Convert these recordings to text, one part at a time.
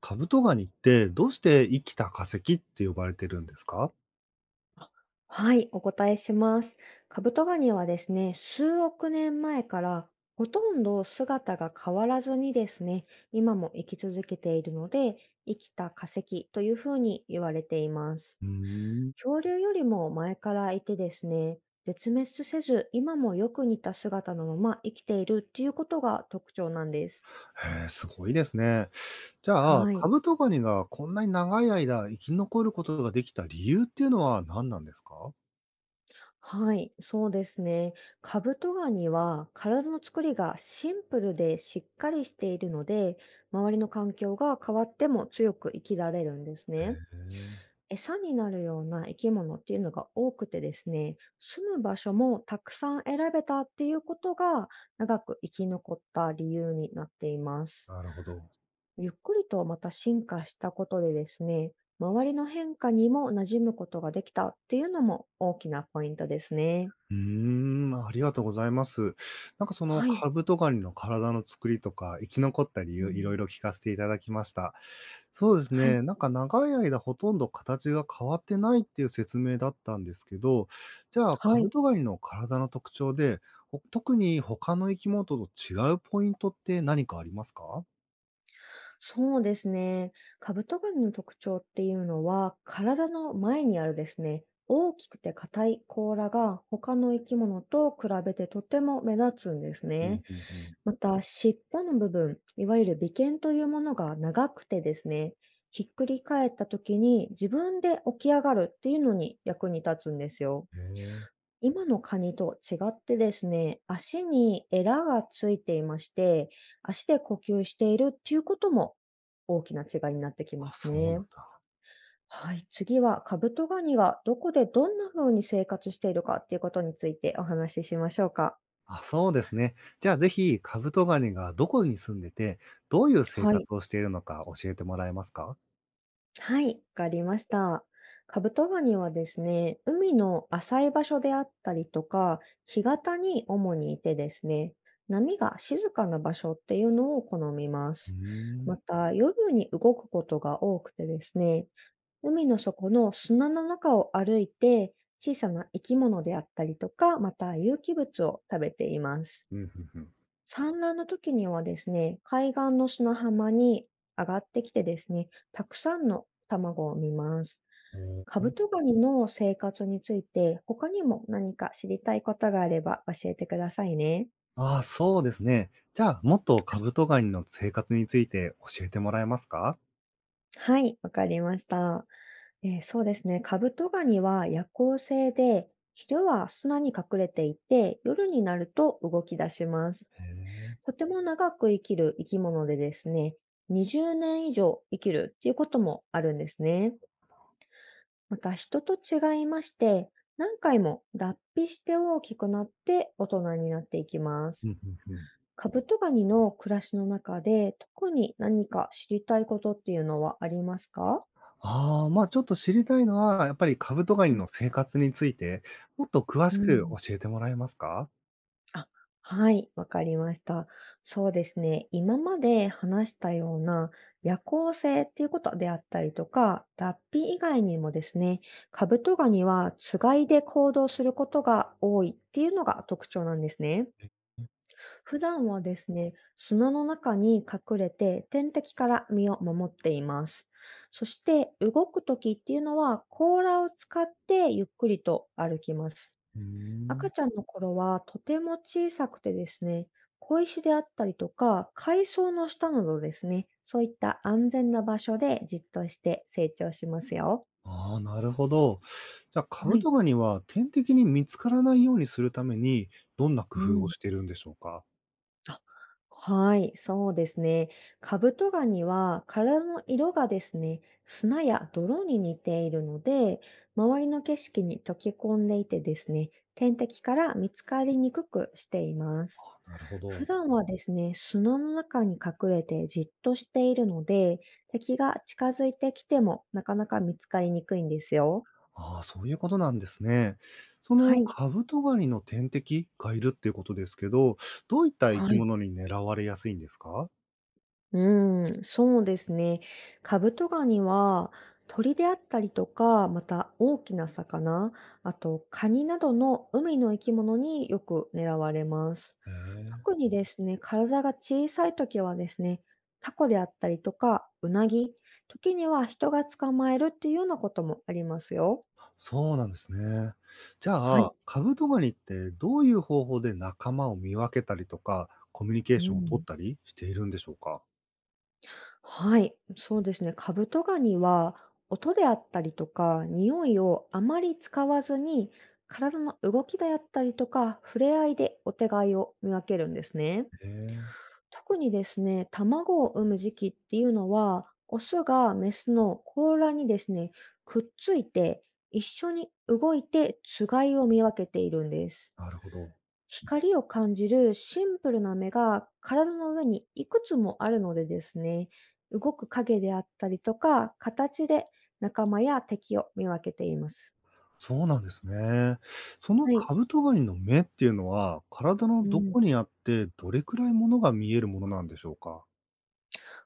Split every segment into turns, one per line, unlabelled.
カブトガニってどうして生きた化石って呼ばれてるんですか？
はい、お答えします。カブトガニはですね、数億年前からほとんど姿が変わらずにですね、今も生き続けているので、生きた化石というふうに言われています。
うーん。
恐竜よりも前からいてですね、絶滅せず、今もよく似た姿のまま生きているっていうことが特徴なんです。
へえ、すごいですね。じゃあ、
は
カ
い。
ブトガニがこんなに長い間生き残ることができた理由っていうのは何なんですか？
はい、そうですね。カブトガニは体の作りがシンプルでしっかりしているので、周りの環境が変わっても強く生きられるんです
へ
ね。
え、
餌になるような生き物っていうのが多くてですね、住む場所もたくさん選べたっていうことが長く生き残った理由になっています。
なるほど。
ゆっくりとまた進化したことでですね、周りの変化にも馴染むことができたっていうのも大きなポイントですね。
うーん、ありがとうございます。なんかその
はい。
カブトガニの体の作りとか、生き残った理
う
由、いろい
ん。
ろ聞かせていただきました。そうです
はい。
ね、なんか長い間ほとんど形が変わってないっていう説明だったんですけど、じゃあカ
は
ブ
い。
トガニの体の特徴で、ほ特に他の生き物と違うポイントって何かありますか？
そうですね。カブトガニの特徴っていうのは、体の前にあるですね、大きくて硬い甲羅が他の生き物と比べてとても目立つんです
うん
ね。
うんうん。
また、尻尾の部分、いわゆる尾剣というものが長くてですね、ひっくり返った時に自分で起き上がるっていうのに役に立つんですよ。
へえ、
今のカニと違ってですね、足にエラがついていまして、足で呼吸しているっていうことも大きな違いになってき
あ、
ます
そうなん
ね。
だ。
はい、次はカブトガニがどこでどんな風に生活しているかっていうことについてお話ししましょうか。
あ、そうですね。じゃあぜひ、カブトガニがどこに住んでて、どういう生
はい。
活をしているのか教えてもらえますか？
はい、わかりました。カブトガニはですね、海の浅い場所であったりとか、干潟に主にいてですね、波が静かな場所っていうのを好みま
うー
す。
ん。
また、夜に動くことが多くてですね、海の底の砂の中を歩いて、小さな生き物であったりとか、また有機物を食べています。
うん、うんうん。
産卵の時にはですね、海岸の砂浜に上がってきてですね、たくさんの卵を産みます。
お
カ
ー、
ブトガニの生活について他にも何か知りたいことがあれば教えてくださいね。
ああ、そうですね。じゃあ、もっとカブトガニの生活について教えてもらえますか？
はい、わかりました。そうですね、カブトガニは夜行性で、昼は砂に隠れていて、夜になると動き出します。
へえ。
とても長く生きる生き物でですね、20年以上生きるっていうこともあるんですね。また人と違いまして、何回も脱皮して大きくなって大人になっていきま
う
す。
ん、うんうん。
カブトガニの暮らしの中で特に何か知りたいことっていうのはありますか？
ああ、ま、ちょっと知りたいのは、やっぱりカブトガニ
うん。
の生活について、もっと詳
う
しく
ん。
教えてもらえますか？
あ、はい、わかりました。そうですね。今まで話したような夜行性っていうことであったりとか、脱皮以外にもですね、カブトガニはつがいで行動することが多いっていうのが特徴なんですね。
う
普段はですね、砂の中に隠れて天敵から身を守っています。そして動くときっていうのは甲羅を使ってゆっくりと歩きます。
ー
赤
ん。
ちゃんの頃はとても小さくてですね、小石であったりとか海藻の下などですね、そういった安全な場所でじっとして成長しますよ。
ああ、なるほど。じゃあ、カ
は
ブ
い。
トガニは天敵に見つからないようにするために、どんな工
う
夫を
ん。
しているんでしょうか？
はい、そうですね。カブトガニは体の色がですね、砂や泥に似ているので、周りの景色に溶け込んでいてですね、天敵から見つかりにくくしています。
あ、なるほ
普
ど。
段はですね、砂の中に隠れてじっとしているので、敵が近づいてきてもなかなか見つかりにくいんですよ。
ああ、そういうことなんですね。そ
は
の
い。
カブトガニの天敵がいるっていうことですけど、どういった生き
はい。
物に狙われやすいんですか？
うーん、そうですね。カブトガニは鳥であったりとか、また大きな魚、あとカニなどの海の生き物によく狙われます。
へえ、
特にですね、体が小さい時はですね、タコであったりとか、ウナギ、時には人が捕まえるっていうようなこともありますよ。
そうなんですね。じ
は
ゃ
い。
あ、カブトガニってどういう方法で仲間を見分けたりとか、コミュニケー
う
ションを取っ
ん。
たりしているんでしょうか？
はい、そうですね。カブトガニは音であったりとか匂いをあまり使わずに体の動きであったりとか触れ合いでお互いを見分けるんですね。
へえ、
特にですね、卵を産む時期っていうのはオスがメスの甲羅にですね、くっついて一緒に動いてつがいを見分けているんです。
なるほど。
光を感じるシンプルな目が体の上にいくつもあるのでですね、動く影であったりとか、形で仲間や敵を見分けています。
そうなんですね。その
はい。
カブトガニの目っていうのは、体の
う
ど
ん。
こにあって、どれくらいものが見えるものなんでしょうか？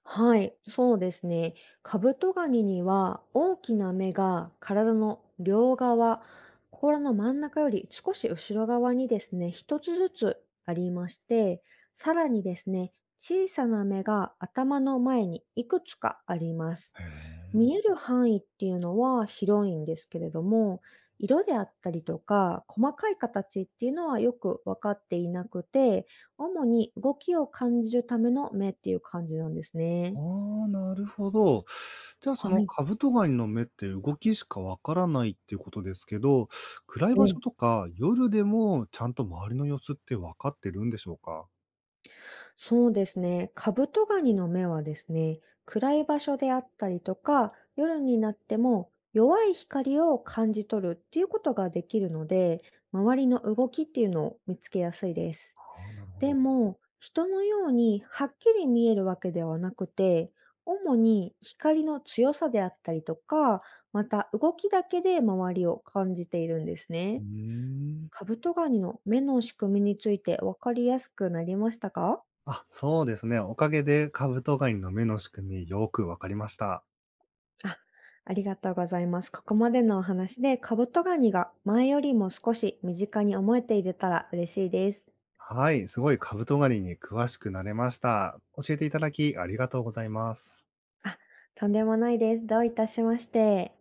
はい、そうですね。カブトガニには大きな目が体の両側、甲羅の真ん中より少し後ろ側にですね、一つずつありまして、さらにですね、小さな目が頭の前にいくつかあります。
へえ。
見える範囲っていうのは広いんですけれども、色であったりとか、細かい形っていうのはよく分かっていなくて、主に動きを感じるための目っていう感じなんですね。
ああ、なるほど。じゃあ、そ
は
の
い。
カブトガニの目って動きしかわからないっていうことですけど、暗い
え
場所
え。
とか夜でもちゃんと周りの様子ってわかってるんでしょうか？
そうですね。カブトガニの目はですね、暗い場所であったりとか、夜になっても弱い光を感じ取るっていうことができるので、周りの動きっていうのを見つけやすいです。
ああ、なるほ
で
ど。
も、人のようにはっきり見えるわけではなくて、主に光の強さであったりとか、また動きだけで周りを感じているんです
うー
ね。
ん。
カブトガニの目の仕組みについて分かりやすくなりましたか？
あ、そうですね。おかげでカブトガニの目の仕組みよくわかりました。
あ、ありがとうございます。ここまでのお話でカブトガニが前よりも少し身近に思えていれたら嬉しいです。
はい、すごいカブトガニに詳しくなれました。教えていただきありがとうございます。
あ、とんでもないです。どういたしまして。